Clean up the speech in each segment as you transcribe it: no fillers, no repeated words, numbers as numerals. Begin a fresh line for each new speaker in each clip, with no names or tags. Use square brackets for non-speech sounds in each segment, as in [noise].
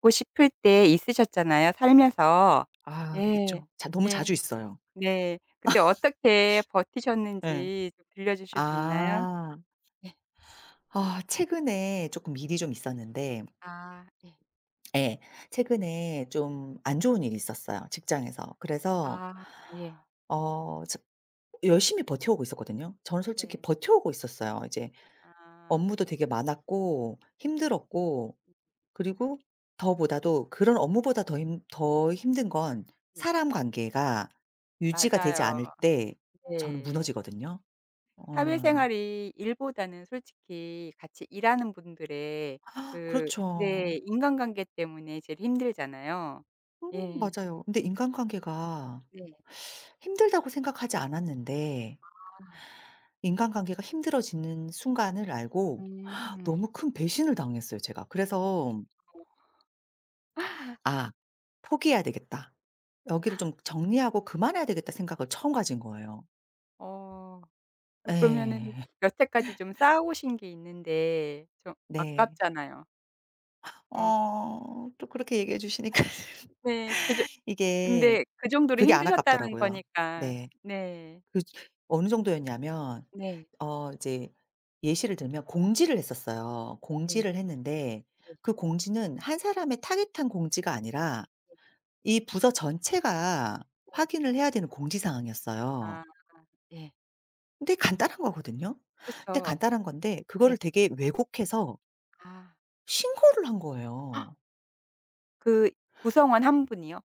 하고 싶을 때 있으셨잖아요 살면서.
아
예.
있죠. 자 너무
예.
자주 있어요.
네. 그때 어떻게
예.
버티셨는지 좀 들려주실 수 있나요?
아.
예.
아 최근에 조금 일이
네.
좀 있었는데
아 예.
예 최근에 좀 안 좋은 일이 있었어요 직장에서. 그래서
아 예.
저 열심히 버텨오고 있었거든요. 저는 솔직히
네.
버텨오고 있었어요. 이제
아.
업무도 되게 많았고 힘들었고 그리고 더보다도 그런 업무보다 더 힘든 건
네.
사람 관계가 유지가 되지
맞아요.
않을 때 저는
네.
무너지거든요. 어.
사회생활이 일보다는 솔직히 같이 일하는 분들의 그 네.
그렇죠.
인간관계 때문에 제일 힘들잖아요. 예.
맞아요. 근데 인간관계가
네.
힘들다고 생각하지 않았는데
아.
인간관계가 힘들어지는 순간을 알고
음.
너무 큰 배신을 당했어요 제가. 그래서 '아 포기해야 되겠다. 여기를 좀 정리하고 그만해야 되겠다.' 생각을 처음 가진 거예요.
어. 그러면은
예.
여태까지 좀 쌓아 오신 게 있는데 좀
네.
아깝잖아요. 어
어 또 그렇게 얘기해 주시니까 [laughs]
네. 그저
이게
근데 그 정도로
그게 안
힘드셨다는
아깝더라고요.
거니까.
네.
네.
그 어느 정도였냐면
네.
어 이제 예시를 들면 공지를 했었어요.
네.
공지를 했는데
네.
그 공지는 한 사람의 타깃한 공지가 아니라 이 부서 전체가
네.
확인을 해야 되는 공지 상황이었어요.
아. 네. 네.
근데 간단한 거거든요. 근데
그렇죠.
간단한 건데
네.
그거를 되게 왜곡해서
아.
신고를 한 거예요.
그 구성원 한 분이요?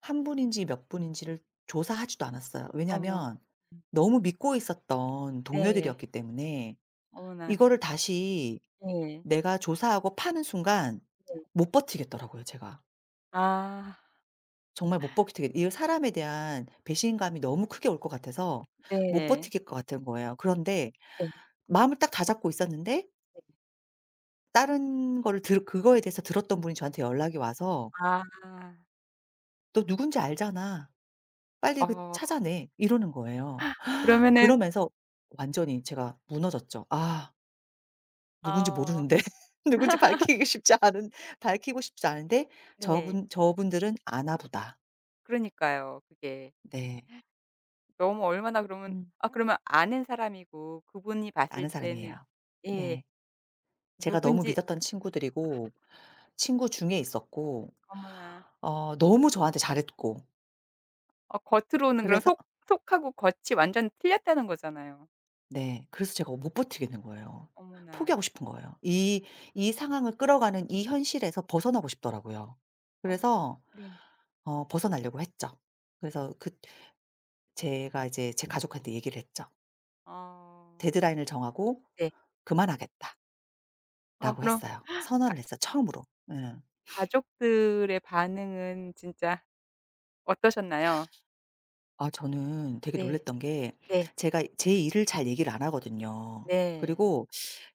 한 분인지 몇 분인지를 조사하지도 않았어요.
어머.
왜냐하면
음
너무 믿고 있었던
네.
동료들이었기 때문에
어머나.
이거를 다시
예. 네.
내가 조사하고 파는 순간
네.
못 버티겠더라고요 제가.
아.
정말 못 버티겠 이 사람에 대한 배신감이 너무 크게 올 것 같아서 못
네.
버티겠 것 같은 거예요. 그런데
네.
마음을 딱 다잡고 있었는데
네.
다른 거를 들 그거에 대해서 들었던 분이 저한테 연락이 와서
아.
"너 누군지 알잖아. 빨리
어.
그 찾아내." 이러는 거예요.
그러면은
그러면서 완전히 제가 무너졌죠. '아 누군지
어
모르는데 [laughs] 누군지 밝히기 쉽지 않은 밝히고 싶지 않은데
네.
저분 저분들은 아나 보다.'
그러니까요. 그게.
네.
너무 얼마나 그러면
음.
아 그러면 아는 사람이고 그분이 봤을
아는
때는
사람이에요.
예.
네. 제가 너무
누군지
믿었던 친구들이고 친구 중에 있었고
어머나.
어 너무 저한테 잘했고
어 겉으로는 그럼
그래서
속 속하고 겉이 완전 틀렸다는 거잖아요.
네. 그래서 제가 못 버티겠는 거예요.
어머나.
포기하고 싶은 거예요. 이 상황을 끌어가는 이 현실에서 벗어나고 싶더라고요.
어.
그래서
네.
어 벗어나려고 했죠. 그래서 그 제가 이제 제 가족한테 얘기를 했죠.
어.
"데드라인을 정하고
네.
그만하겠다."라고
아 그럼
했어요.
가
선언을 했어요 처음으로. 예.
가족들의 반응은 진짜 어떠셨나요?
아 저는 되게
네.
놀랐던 게
네.
제가 제 일을 잘 얘기를 안 하거든요.
네.
그리고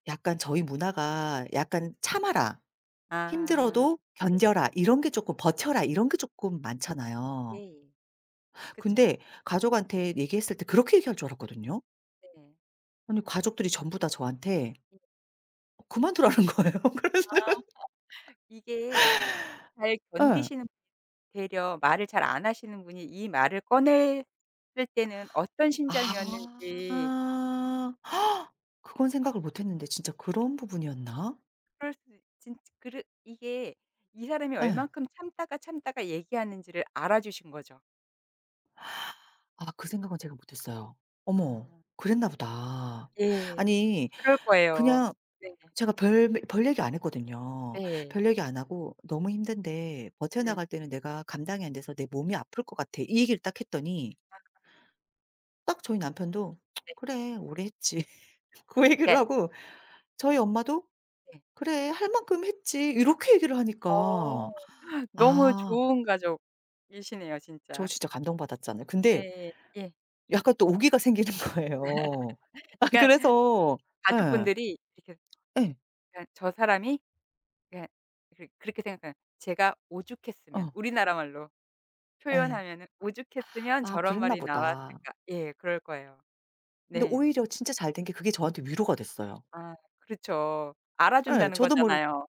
약간 저희 문화가
네.
약간 "참아라.
아.
힘들어도
네. 네.
견뎌라. 이런 게 조금 버텨라." 이런 게 조금 많잖아요.
예예. 그쵸.
근데 가족한테 얘기했을 때 그렇게 얘기할 줄 알았거든요.
네.
아니 가족들이 전부 다 저한테
음.
그만두라는 거예요. [laughs]
아
그래서
이게 잘
예.
견디시는 되려 말을 잘 안 하시는 분이 이 말을 꺼냈을 때는 어떤 심정이었는지
아. 그건 생각을 못 했는데 진짜 그런 부분이었나?
그럴 수 진 그르 이게 이 사람이
예.
얼만큼 참다가 참다가 얘기하는지를 알아주신 거죠.
아 그 생각은 제가 못 했어요. 어머.
아.
그랬나 보다.
예.
아니
그럴 거예요.
그냥
네.
제가 별 얘기 안 했거든요.
네.
별 얘기 안 하고 "너무 힘든데
네.
버텨나갈 때는 내가 감당이 안 돼서 내 몸이 아플 것 같아." 이 얘기를 딱 했더니
아
딱 저희 남편도
네.
"그래 오래 했지." [laughs] 그 얘기를
네.
하고 저희 엄마도
네.
"그래 할 만큼 했지." 이렇게 얘기를 하니까
어. [laughs] 너무
아
좋은 가족이시네요
저
진짜.
진짜 감동받았잖아요. 근데
네. 예.
약간 또 오기가 생기는 거예요. [laughs] 아
그러니까
그래서 예.
가족분들이 이렇게
예.
그러니까 '저 사람이 그러니까 그 그렇게 생각해요. 제가 오죽했으면
어.
우리나라 말로
예.
표현하면은 '오죽했으면
아
저런
그랬나
말이
보다.
나왔을까.' 예 그럴 거예요.
근데
네네.
오히려 진짜 잘 된 게 그게 저한테 위로가 됐어요.
아 그렇죠.
예.
알아준다는
저도 모르
거잖아요.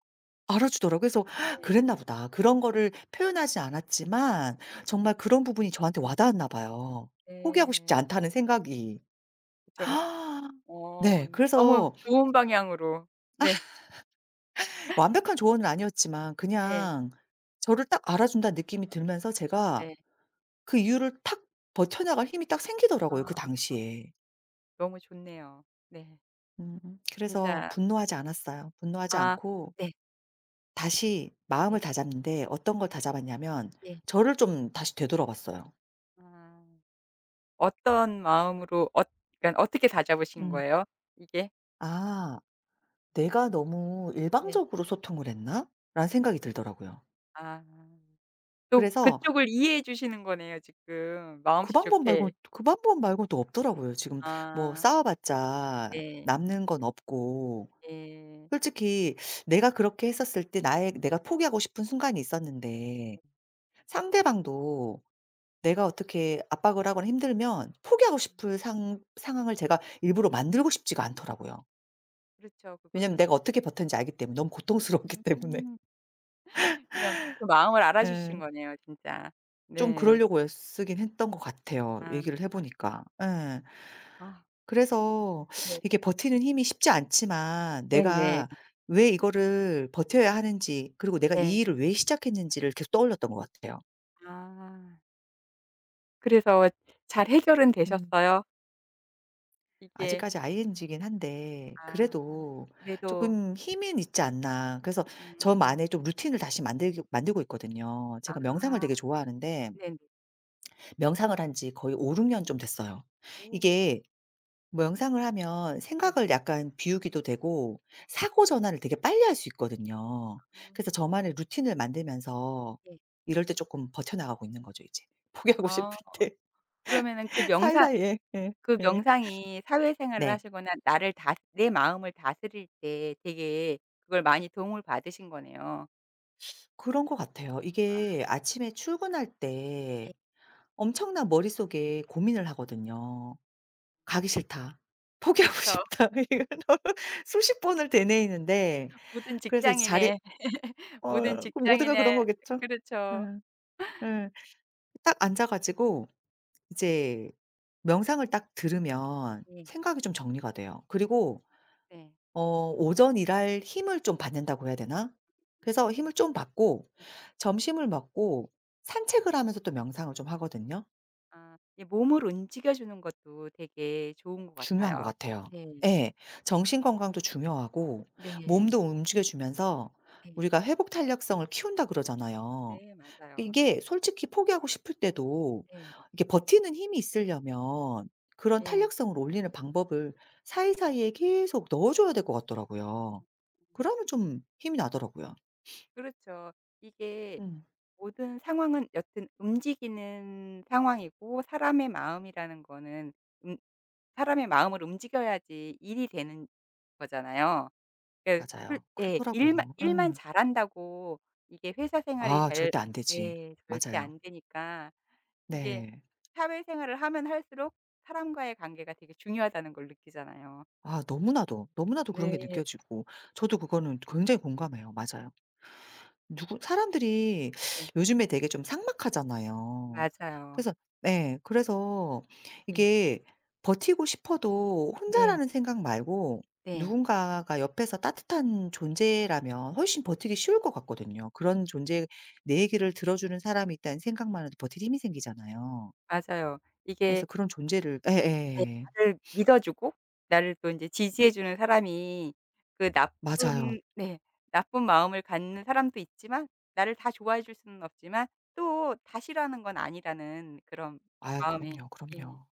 알아주더라고요. 그래서
네.
'그랬나 보다.' 그런 거를 표현하지 않았지만 정말 그런 부분이 저한테 와 닿았나 봐요. '포기하고 싶지
네.
않다.'는 생각이.
그쵸.
아.
어
네.
너무
그래서
좋은 방향으로 네.
완벽한 조언은 아니었지만
네.
그냥 저를 딱 알아준다는 느낌이 들면서 제가
네.
그 이유를 탁 버텨 나갈 힘이 딱 생기더라고요, 그
아
당시에.
너무 좋네요. 네.
음 그래서
진짜
분노하지 않았어요. 분노하지
아
않고
네.
다시 마음을
네.
다잡는데 어떤 걸
네.
다잡았냐면
예.
저를 좀 다시 되돌아봤어요.
아 어떤 마음으로 어 그러니까 어떻게 다잡으신
음.
거예요? 이게?
'아 내가 너무
네.
일방적으로 소통을 했나?' 라는 생각이 들더라고요.
아. 또
그래서
그쪽을 이해해 주시는 거네요 지금 마음씨 좋게.
그 방법 말고 또 없더라고요. 지금 뭐
아
싸워봤자
네.
남는 건 없고
네
솔직히 내가 그렇게 했었을 때 나의 내가 포기하고 싶은 순간이 있었는데 상대방도 내가 어떻게 압박을 하거나 힘들면 포기하고
음
싶을 상 상황을 제가 일부러 만들고 싶지가 않더라고요.
그렇죠. 그건 또
왜냐면 내가 어떻게 버텼는지 알기 때문에 너무 고통스러웠기 [laughs] 때문에.
음 그러니까 그 마음을
예.
알아주신 거네요 진짜.
좀
네.
그러려고 애쓰긴 했던 것 같아요,
아.
얘기를 해 보니까. 예.
아
그래서
네.
이게 버티는 힘이 쉽지 않지만
네네.
내가 왜 이거를 버텨야 하는지 그리고 내가
네.
이 일을 왜 시작했는지를 계속 떠올렸던 것 같아요.
아. 그래서 잘 해결은
음.
되셨어요? 이게
아직까지 ing이긴 한데
아
그래도
그래도
조금 힘은 있지 않나. 그래서
음
저만의 좀 루틴을 다시 만들기 만들고 있거든요. 제가 명상을
아
되게 좋아하는데
네네.
명상을 한 지 거의 5-6년 좀 됐어요.
오.
이게 명상을 하면
네.
생각을 약간 비우기도 되고
네.
사고 전환을 되게 빨리 할 수 있거든요.
음.
그래서 저만의 루틴을 만들면서
네.
이럴 때 조금 버텨 나가고 있는 거죠 이제. [laughs] 포기하고
아
싶을 때
그러면은 그
[laughs]
명상
사이사이에. 예.
그
예.
명상이 사회생활을
네.
하시거나 나를 다 내 마음을 다스릴 때 되게 그걸 많이 도움을 받으신 거네요.
그런 것 같아요.
아
이게 아침에 출근할
예.
때 엄청난 머릿속에 고민을 하거든요. '가기 싫다. 포기하고
그렇죠.
싶다.' [laughs] 이걸 너무 수십 번을 되뇌이는데
모든
그래서 이제 자리에
직장인의 [laughs] 모든
어 그 모두가
직장인의
그런 거겠죠.
그렇죠.
응, 응. 딱 앉아 가지고 이제 명상을 딱 들으면
네.
생각이 좀 정리가 돼요. 그리고
네.
어 오전 일할 힘을 좀 받는다고 해야 되나? 그래서
음.
힘을 좀 받고 점심을 먹고 산책을 하면서 또 명상을 좀 하거든요.
아 이 몸을 움직여 주는 것도 되게 좋은 것
중요한 것
같아요.
같아요.
네. 네.
예. 정신 건강도 중요하고
네.
몸도 움직여 주면서
네.
우리가 회복 탄력성을 키운다 그러잖아요.
네 맞아요.
이게 솔직히 포기하고 싶을 때도
네.
이게 버티는 힘이 있으려면 그런
네.
탄력성을 올리는 방법을 사이사이에 계속 넣어 줘야 될 것
아
같더라고요. 그러면 좀 힘이 나더라고요.
그렇죠. 이게
음.
모든 상황은 여튼 움직이는 상황이고 사람의 마음이라는 거는 음 사람의 마음을 움직여야지 일이 되는 거잖아요. 그러니까 솔
맞아요.
예. 일만
그렇더라고요.
일만
예.
잘한다고 이게 회사 생활이
아
잘
절대 안 되지.
예 절대
맞아요.
안 되니까 이게
네.
사회 생활을 하면 할수록 사람과의 관계가 되게 중요하다는 걸 느끼잖아요.
아 너무나도, 너무나도 그런 게
네.
느껴지고 저도 그거는 굉장히 공감해요. 맞아요. 누구 사람들이
네.
[sucks teeth] 요즘에 되게 좀 삭막하잖아요.
맞아요.
그래서 네. 그래서
네.
이게 버티고 싶어도
네.
혼자라는 생각 말고
네.
누군가가 옆에서 따뜻한 존재라면 훨씬 버티기 쉬울 것 같거든요. 그런 존재 내 얘기를 들어주는 사람이 있다는 생각만 해도 버틸 힘이 생기잖아요.
맞아요. 이게
그래서 그런 존재를
네.
예예.
나를 믿어주고 나를 또 인제 지지해 주는 사람이 그
맞아요.
나쁜 네. 나쁜 마음을 갖는 사람도 있지만 나를 다 좋아해 줄 수는 없지만 또 다 싫어하는 건 아니라는 그런
아유
마음이
그럼요,
예
그럼요.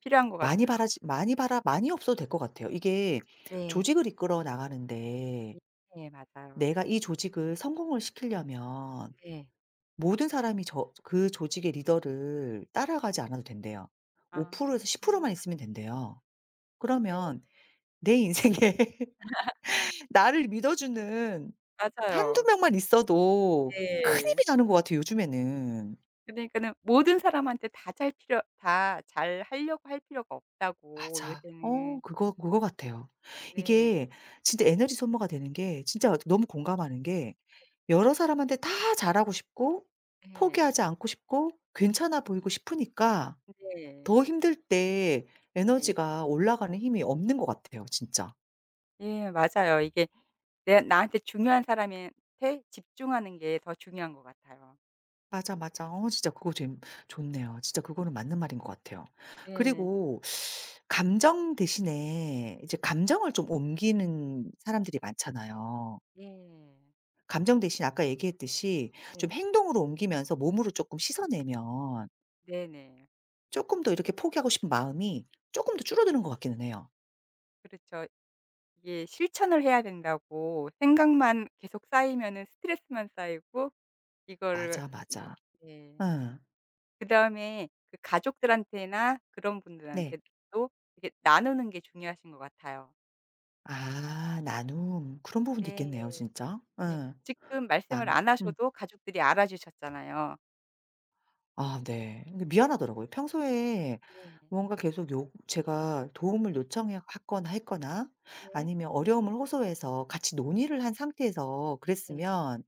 필요한 것 같아요.
많이 바라지 많이 바라 많이 없어도 될 것 같아요. 이게
네.
조직을 이끌어 나가는데
예 맞아요.
내가 이 조직을 성공을 시키려면
네.
모든 사람이 저 그 조직의 리더를 따라가지 않아도 된대요.
아.
5% 에서 10%만 있으면 된대요.
네.
그러면 내 인생에 [laughs] 나를 믿어주는 한두
맞아요.
명만 있어도 큰
네.
힘이 나는 것 같아요 요즘에는.
그러니까는 모든 사람한테 다 잘하려고 할 필요가 없다고
맞아. 어
요새는.
그거 그거 같아요.
네.
이게 진짜 에너지 소모가 되는 게 진짜 너무 공감하는 게 여러 사람한테 다 잘하고 싶고
예.
포기하지 않고 싶고 괜찮아 보이고 싶으니까
네.
더 힘들 때
네.
에너지가 올라가는 힘이 없는 것 같아요 진짜.
예 맞아요. 이게 내 나한테 중요한 사람한테 집중하는 게 더 중요한 것 같아요.
맞아, 맞아. 어 진짜 그거 좀 좋네요. 진짜 그거는 맞는 말인 것 같아요.
네.
그리고 감정 대신에 이제 감정을 좀 옮기는 사람들이 많잖아요.
예.
감정 대신 아까 얘기했듯이
네.
좀 행동으로 옮기면서 몸으로 조금 씻어내면
네네.
조금 더 이렇게 포기하고 싶은 마음이 조금 더 줄어드는 것 같기는 해요.
그렇죠. 이게 실천을 해야 된다고 생각만 계속 쌓이면은 스트레스만 쌓이고 이거를
맞아, 맞아.
네.
응,
그다음에 그 가족들한테나 그런
네.
분들한테도 이게 나누는 게 중요하신 것 같아요.
아 나눔. 그런 부분도
네.
있겠네요 진짜.
네.
응,
지금 말씀을
난,
안
음.
하셔도 가족들이 알아주셨잖아요.
아 네. 근데 미안하더라고요. 평소에
네.
뭔가 계속 요 제가 도움을
네.
요청했거나 했거나
네.
아니면 어려움을 호소해서 같이 논의를 한 상태에서
네.
그랬으면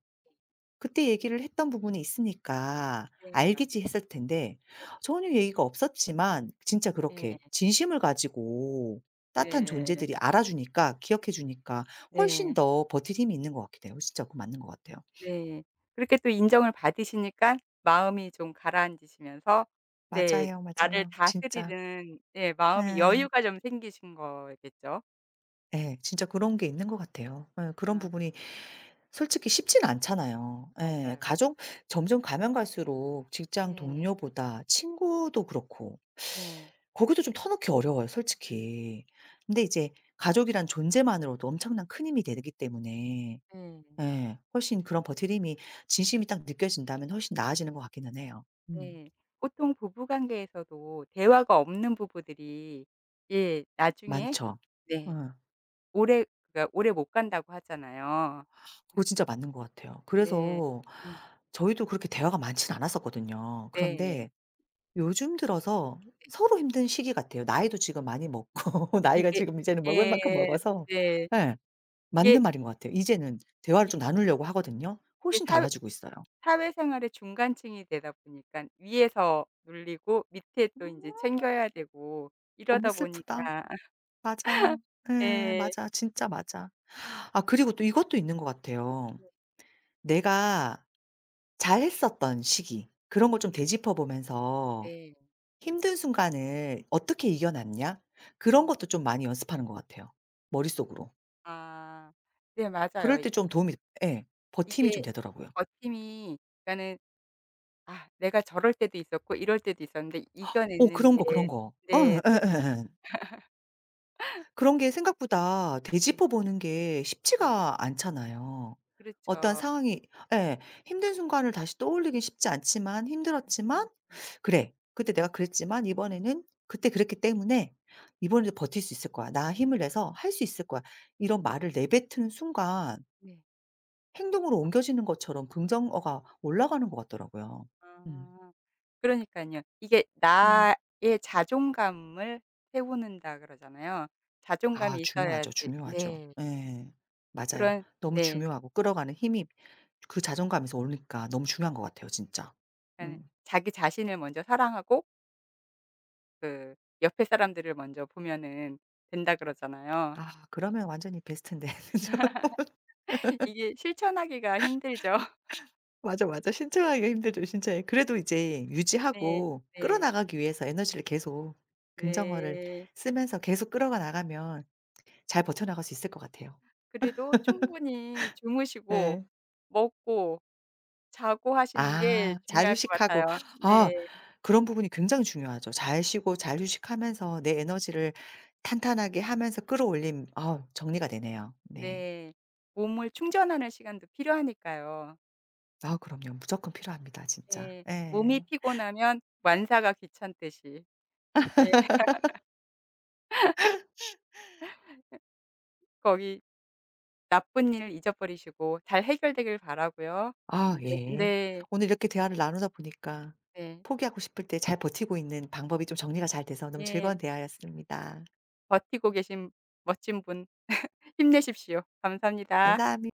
그때 얘기를 했던 부분이 있으니까
네. 맞
알겠지 했을 텐데 전혀 얘기가 없었지만 진짜
네.
그렇게 진심을 가지고 따뜻한
네.
존재들이 알아주니까 기억해 주니까 훨씬
네.
더 버틸 힘이 있는 것 같기도 해요. 진짜 그 맞는 것 같아요.
네. 그렇게 또 인정을 받으시니까 마음이 좀 가라앉으시면서 네
맞아요,
나를
맞아요. 진짜.
다스리는 예 마음이
예.
여유가 좀 생기신 거겠죠?
예. 진짜 그런 게 있는 것 같아요. 예. 그런
아
부분이 솔직히 쉽진 않잖아요. 예.
맞아요.
가족 점점 가면 갈수록 직장
네.
동료보다 친구도 그렇고
네.
거기도 좀 터놓기 어려워요 솔직히. 근데 이제 가족이란 존재만으로도 엄청난 큰 힘이 되기 때문에
네.
예 훨씬 그런 버티림이 진심이 딱 느껴진다면 훨씬 나아지는 것 같기는 해요. 음.
네. 보통 부부 관계에서도 대화가 없는 부부들이 예 나중에
많죠. 어.
네 오래 그러니까 오래 못 간다고 하잖아요.
그거 진짜 맞는 것 같아요.
네.
그래서
음
저희도 그렇게 대화가 많진 않았었거든요.
네.
그런데 요즘 들어서 서로 힘든 시기 같아요. 나이도 지금 많이 먹고 [laughs] 나이가
이게
지금 이제는 먹을
예.
만큼 먹어서
네.
예.
이게
맞는 말인 것 같아요. 이제는 대화를 좀
이게
나누려고 하거든요.
이게
훨씬
사회
달라지고 있어요.
사회생활의 중간층이 되다 보니깐 위에서 눌리고 밑에 또 인제
음
챙겨야 되고
너무
이러다
슬프다.
보니까 [laughs]
맞아요. 예.
예.
맞아. 진짜 맞아. 아 그리고 또 이것도 있는 것 같아요. 내가 잘했었던 시기 그런 걸 좀 되짚어 보면서
네.
힘든 순간을 어떻게 이겨났냐? 그런
음.
것도 좀 많이 연습하는 것 같아요 머릿속으로.
아. 네 맞아요.
그럴 때 좀 도움이 예. 버팀이 좀
이게
되더라고요.
버팀이 그러니까는 아 내가 저럴 때도 있었고 이럴 때도 있었는데
어 그런 거, 그런
이겨냈는데
거. 어
네네.
예예예. 그런 게 생각보다
예.
되짚어 보는 게
네.
쉽지가 않잖아요. 어떤
그렇죠.
상황이 예. 힘든 순간을 다시 떠올리긴 쉽지 않지만
음.
힘들었지만 '그래. 그때 내가 그랬지만 이번에는 그때 그랬기 때문에 이번에도 버틸 수 있을 거야. 나 힘을 내서 할 수 있을 거야.' 이런 말을 내뱉은 순간
네.
행동으로 옮겨지는 것처럼 긍정어가 올라가는 것 같더라고요. 음.
아. 그러니깐요. 이게
음.
나의 자존감을 세우는다 그러잖아요.
아
자존감이
중요하죠,
있어야지
중요하죠.
네.
예. 맞아요.
그런
너무
네.
중요하고 끌어가는 힘이 그 자존감에서 오니까 너무 중요한 것 같아요 진짜.
그러니까는
음.
자기 자신을 먼저 사랑하고 그 옆에 사람들을 먼저 보면은 된다 그러잖아요.
아 그러면 완전히 베스트인데. [laughs] 그죠?
이게 실천하기가 힘들죠. [laughs]
맞아, 맞아. 신청하기가 힘들죠, 진짜. 그래도 이제
네.
유지하고
네.
끌어나가기 위해서 에너지를 계속 긍정어를
네.
쓰면서 계속 끌어가 나가면 잘 버텨나갈 수 있을 것 같아요.
그래도 충분히 주무시고
예.
먹고 자고 하시는 게
아 잘
중요할 것
휴식하고
같아요.
아
네.
그런 부분이 굉장히 중요하죠. 잘 쉬고 잘 휴식하면서 내 에너지를 탄탄하게 하면서 끌어올림 아 정리가 되네요. 네.
네. 몸을 충전하는 시간도 필요하니까요.
아 그럼요. 무조건 필요합니다 진짜.
예.
예.
몸이 피곤하면 완사가 귀찮듯이. 예. 거기 나쁜 일 잊어버리시고 잘 해결되길 바라고요.
아 예.
네.
오늘 이렇게 대화를 나누다 보니까
네.
포기하고 싶을 때 잘 버티고 있는 방법이 좀 정리가 잘 돼서
네.
너무
예.
즐거운 대화였습니다.
버티고 계신 멋진 분 힘내십시오. 감사합니다.
감사합니 다